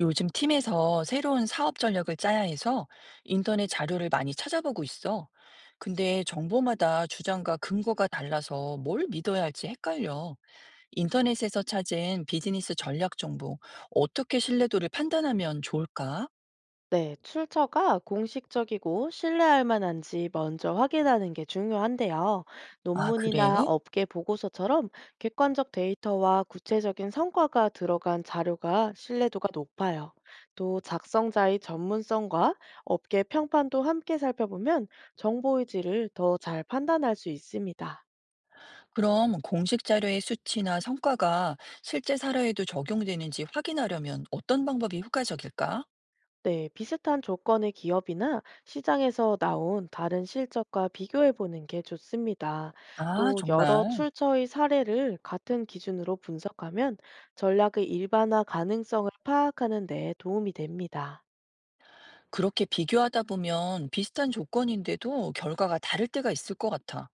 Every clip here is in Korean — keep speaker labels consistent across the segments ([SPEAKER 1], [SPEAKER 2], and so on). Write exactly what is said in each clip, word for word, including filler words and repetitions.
[SPEAKER 1] 요즘 팀에서 새로운 사업 전략을 짜야 해서 인터넷 자료를 많이 찾아보고 있어. 근데 정보마다 주장과 근거가 달라서 뭘 믿어야 할지 헷갈려. 인터넷에서 찾은 비즈니스 전략 정보, 어떻게 신뢰도를 판단하면 좋을까?
[SPEAKER 2] 네, 출처가 공식적이고 신뢰할 만한지 먼저 확인하는 게 중요한데요.
[SPEAKER 1] 아,
[SPEAKER 2] 논문이나
[SPEAKER 1] 그래?
[SPEAKER 2] 업계 보고서처럼 객관적 데이터와 구체적인 성과가 들어간 자료가 신뢰도가 높아요. 또 작성자의 전문성과 업계 평판도 함께 살펴보면 정보의 질을 더 잘 판단할 수 있습니다.
[SPEAKER 1] 그럼 공식 자료의 수치나 성과가 실제 사례에도 적용되는지 확인하려면 어떤 방법이 효과적일까?
[SPEAKER 2] 네, 비슷한 조건의 기업이나 시장에서 나온 다른 실적과 비교해 보는 게 좋습니다.
[SPEAKER 1] 아,
[SPEAKER 2] 또 여러
[SPEAKER 1] 정말.
[SPEAKER 2] 출처의 사례를 같은 기준으로 분석하면 전략의 일반화 가능성을 파악하는 데 도움이 됩니다.
[SPEAKER 1] 그렇게 비교하다 보면 비슷한 조건인데도 결과가 다를 때가 있을 것 같아.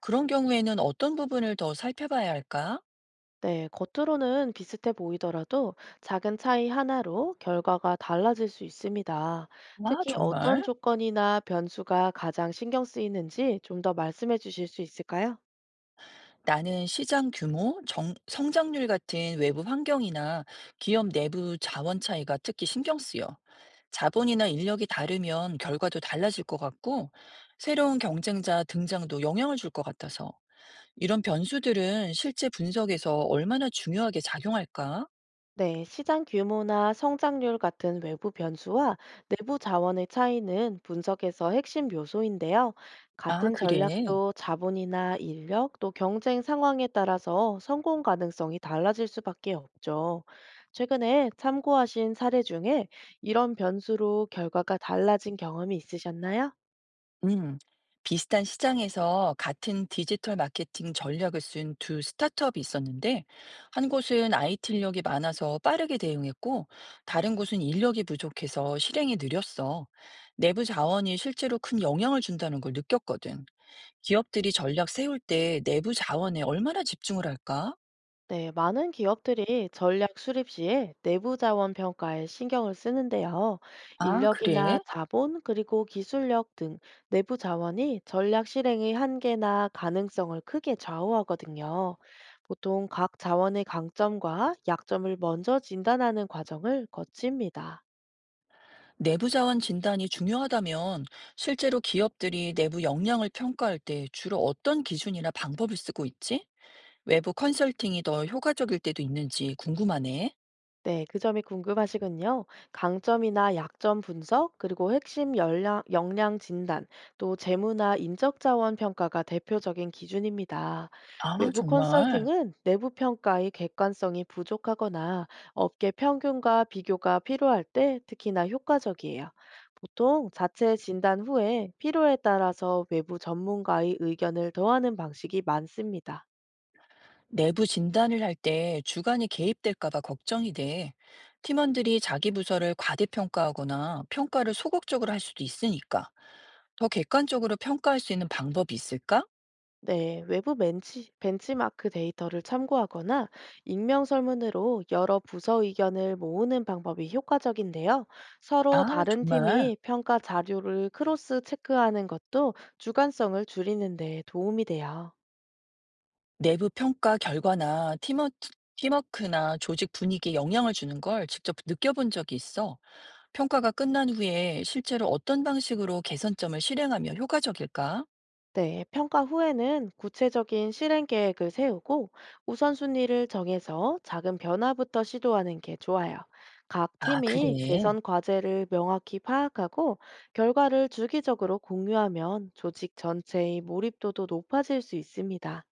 [SPEAKER 1] 그런 경우에는 어떤 부분을 더 살펴봐야 할까?
[SPEAKER 2] 네, 겉으로는 비슷해 보이더라도 작은 차이 하나로 결과가 달라질 수 있습니다.
[SPEAKER 1] 와
[SPEAKER 2] 특히 어떤
[SPEAKER 1] 정말?
[SPEAKER 2] 조건이나 변수가 가장 신경 쓰이는지 좀 더 말씀해 주실 수 있을까요?
[SPEAKER 1] 나는 시장 규모, 정- 성장률 같은 외부 환경이나 기업 내부 자원 차이가 특히 신경 쓰여. 자본이나 인력이 다르면 결과도 달라질 것 같고, 새로운 경쟁자 등장도 영향을 줄 것 같아서. 이런 변수들은 실제 분석에서 얼마나 중요하게 작용할까?
[SPEAKER 2] 네, 시장 규모나 성장률 같은 외부 변수와 내부 자원의 차이는 분석에서 핵심 요소인데요.
[SPEAKER 1] 아,
[SPEAKER 2] 같은
[SPEAKER 1] 그래.
[SPEAKER 2] 전략도 자본이나 인력 또 경쟁 상황에 따라서 성공 가능성이 달라질 수밖에 없죠. 최근에 참고하신 사례 중에 이런 변수로 결과가 달라진 경험이 있으셨나요?
[SPEAKER 1] 음, 비슷한 시장에서 같은 디지털 마케팅 전략을 쓴 두 스타트업이 있었는데, 한 곳은 아이티 인력이 많아서 빠르게 대응했고, 다른 곳은 인력이 부족해서 실행이 느렸어. 내부 자원이 실제로 큰 영향을 준다는 걸 느꼈거든. 기업들이 전략 세울 때 내부 자원에 얼마나 집중을 할까?
[SPEAKER 2] 네, 많은 기업들이 전략 수립 시에 내부 자원 평가에 신경을 쓰는데요.
[SPEAKER 1] 아, 그래?
[SPEAKER 2] 인력이나 자본, 그리고 기술력 등 내부 자원이 전략 실행의 한계나 가능성을 크게 좌우하거든요. 보통 각 자원의 강점과 약점을 먼저 진단하는 과정을 거칩니다.
[SPEAKER 1] 내부 자원 진단이 중요하다면 실제로 기업들이 내부 역량을 평가할 때 주로 어떤 기준이나 방법을 쓰고 있지? 외부 컨설팅이 더 효과적일 때도 있는지 궁금하네.
[SPEAKER 2] 네, 그 점이 궁금하시군요. 강점이나 약점 분석, 그리고 핵심 역량, 역량 진단, 또 재무나 인적 자원 평가가 대표적인 기준입니다.
[SPEAKER 1] 아,
[SPEAKER 2] 외부
[SPEAKER 1] 정말.
[SPEAKER 2] 컨설팅은 내부 평가의 객관성이 부족하거나 업계 평균과 비교가 필요할 때 특히나 효과적이에요. 보통 자체 진단 후에 필요에 따라서 외부 전문가의 의견을 더하는 방식이 많습니다.
[SPEAKER 1] 내부 진단을 할 때 주관이 개입될까 봐 걱정이 돼. 팀원들이 자기 부서를 과대평가하거나 평가를 소극적으로 할 수도 있으니까. 더 객관적으로 평가할 수 있는 방법이 있을까?
[SPEAKER 2] 네, 외부 벤치, 벤치마크 데이터를 참고하거나 익명 설문으로 여러 부서 의견을 모으는 방법이 효과적인데요. 서로
[SPEAKER 1] 아,
[SPEAKER 2] 다른
[SPEAKER 1] 정말.
[SPEAKER 2] 팀이 평가 자료를 크로스 체크하는 것도 주관성을 줄이는 데 도움이 돼요.
[SPEAKER 1] 내부 평가 결과나 팀워, 팀워크나 조직 분위기에 영향을 주는 걸 직접 느껴본 적이 있어. 평가가 끝난 후에 실제로 어떤 방식으로 개선점을 실행하며 효과적일까?
[SPEAKER 2] 네, 평가 후에는 구체적인 실행 계획을 세우고 우선순위를 정해서 작은 변화부터 시도하는 게 좋아요. 각
[SPEAKER 1] 아,
[SPEAKER 2] 팀이
[SPEAKER 1] 그래.
[SPEAKER 2] 개선 과제를 명확히 파악하고 결과를 주기적으로 공유하면 조직 전체의 몰입도도 높아질 수 있습니다.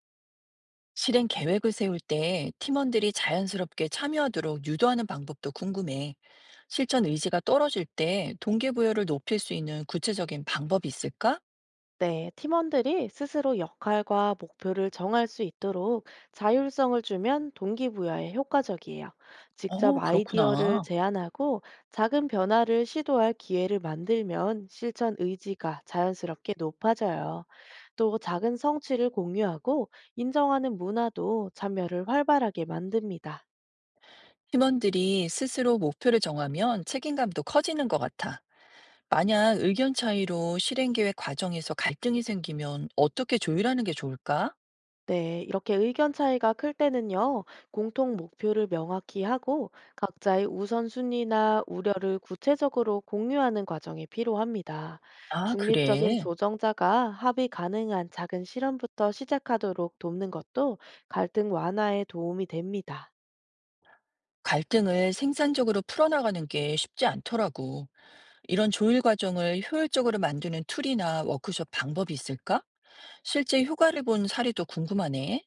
[SPEAKER 1] 실행 계획을 세울 때 팀원들이 자연스럽게 참여하도록 유도하는 방법도 궁금해. 실천 의지가 떨어질 때 동기부여를 높일 수 있는 구체적인 방법이 있을까?
[SPEAKER 2] 네, 팀원들이 스스로 역할과 목표를 정할 수 있도록 자율성을 주면 동기부여에 효과적이에요. 직접
[SPEAKER 1] 어,
[SPEAKER 2] 아이디어를
[SPEAKER 1] 그렇구나.
[SPEAKER 2] 제안하고 작은 변화를 시도할 기회를 만들면 실천 의지가 자연스럽게 높아져요. 또 작은 성취를 공유하고 인정하는 문화도 참여를 활발하게 만듭니다.
[SPEAKER 1] 팀원들이 스스로 목표를 정하면 책임감도 커지는 것 같아. 만약 의견 차이로 실행 계획 과정에서 갈등이 생기면 어떻게 조율하는 게 좋을까?
[SPEAKER 2] 네, 이렇게 의견 차이가 클 때는요, 공통 목표를 명확히 하고 각자의 우선순위나 우려를 구체적으로 공유하는 과정이 필요합니다.
[SPEAKER 1] 아,
[SPEAKER 2] 중립적인
[SPEAKER 1] 그래.
[SPEAKER 2] 조정자가 합의 가능한 작은 실험부터 시작하도록 돕는 것도 갈등 완화에 도움이 됩니다.
[SPEAKER 1] 갈등을 생산적으로 풀어나가는 게 쉽지 않더라고. 이런 조율 과정을 효율적으로 만드는 툴이나 워크숍 방법이 있을까? 실제 효과를 본 사례도 궁금하네.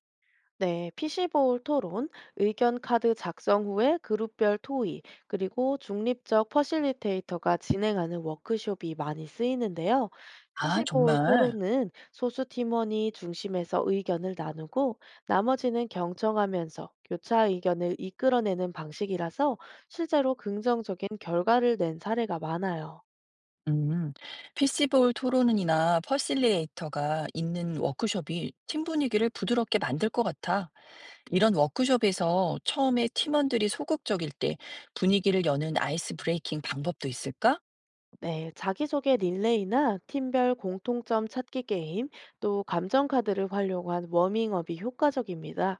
[SPEAKER 2] 네, 피시볼 토론, 의견 카드 작성 후에 그룹별 토의, 그리고 중립적 퍼실리테이터가 진행하는 워크숍이 많이 쓰이는데요.
[SPEAKER 1] 아,
[SPEAKER 2] 피시볼
[SPEAKER 1] 정말?
[SPEAKER 2] 토론은 소수 팀원이 중심에서 의견을 나누고 나머지는 경청하면서 교차 의견을 이끌어내는 방식이라서 실제로 긍정적인 결과를 낸 사례가 많아요.
[SPEAKER 1] 음, 피시볼 토론이나 퍼실리에이터가 있는 워크숍이 팀 분위기를 부드럽게 만들 것 같아. 이런 워크숍에서 처음에 팀원들이 소극적일 때 분위기를 여는 아이스 브레이킹 방법도 있을까?
[SPEAKER 2] 네, 자기소개 릴레이나 팀별 공통점 찾기 게임, 또 감정카드를 활용한 워밍업이 효과적입니다.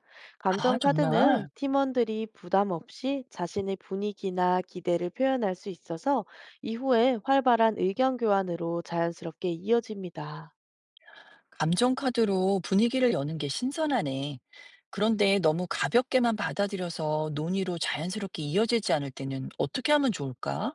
[SPEAKER 1] 아,
[SPEAKER 2] 감정카드는
[SPEAKER 1] 정말?
[SPEAKER 2] 팀원들이 부담 없이 자신의 분위기나 기대를 표현할 수 있어서 이후에 활발한 의견 교환으로 자연스럽게 이어집니다.
[SPEAKER 1] 감정 카드로 분위기를 여는 게 신선하네. 그런데 너무 가볍게만 받아들여서 논의로 자연스럽게 이어지지 않을 때는 어떻게 하면 좋을까?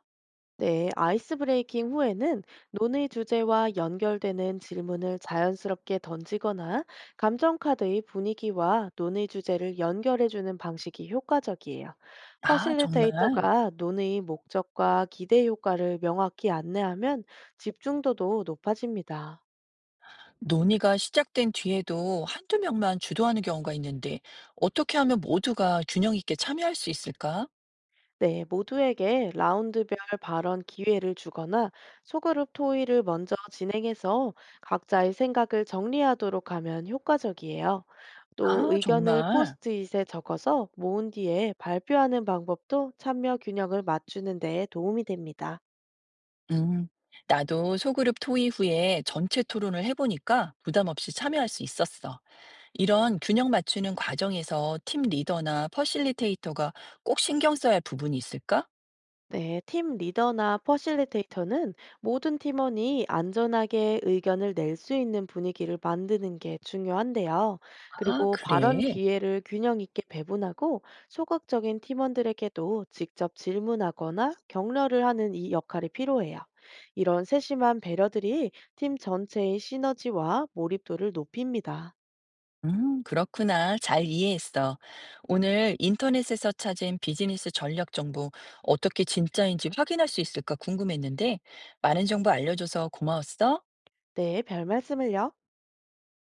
[SPEAKER 2] 네, 아이스 브레이킹 후에는 논의 주제와 연결되는 질문을 자연스럽게 던지거나 감정카드의 분위기와 논의 주제를 연결해주는 방식이 효과적이에요.
[SPEAKER 1] 아, 정말.
[SPEAKER 2] 퍼실리테이터가 논의 목적과 기대 효과를 명확히 안내하면 집중도도 높아집니다.
[SPEAKER 1] 논의가 시작된 뒤에도 한두 명만 주도하는 경우가 있는데 어떻게 하면 모두가 균형 있게 참여할 수 있을까?
[SPEAKER 2] 네, 모두에게 라운드별 발언 기회를 주거나 소그룹 토의를 먼저 진행해서 각자의 생각을 정리하도록 하면 효과적이에요. 또
[SPEAKER 1] 아,
[SPEAKER 2] 의견을
[SPEAKER 1] 정말.
[SPEAKER 2] 포스트잇에 적어서 모은 뒤에 발표하는 방법도 참여 균형을 맞추는 데 도움이 됩니다.
[SPEAKER 1] 음. 나도 소그룹 토의 후에 전체 토론을 해보니까 부담 없이 참여할 수 있었어. 이런 균형 맞추는 과정에서 팀 리더나 퍼실리테이터가 꼭 신경 써야 할 부분이 있을까?
[SPEAKER 2] 네, 팀 리더나 퍼실리테이터는 모든 팀원이 안전하게 의견을 낼 수 있는 분위기를 만드는 게 중요한데요.
[SPEAKER 1] 아,
[SPEAKER 2] 그리고 발언
[SPEAKER 1] 그래.
[SPEAKER 2] 기회를 균형 있게 배분하고 소극적인 팀원들에게도 직접 질문하거나 격려를 하는 이 역할이 필요해요. 이런 세심한 배려들이 팀 전체의 시너지와 몰입도를 높입니다.
[SPEAKER 1] 음, 그렇구나. 잘 이해했어. 오늘 인터넷에서 찾은 비즈니스 전략 정보 어떻게 진짜인지 확인할 수 있을까 궁금했는데 많은 정보 알려줘서 고마웠어.
[SPEAKER 2] 네, 별 말씀을요.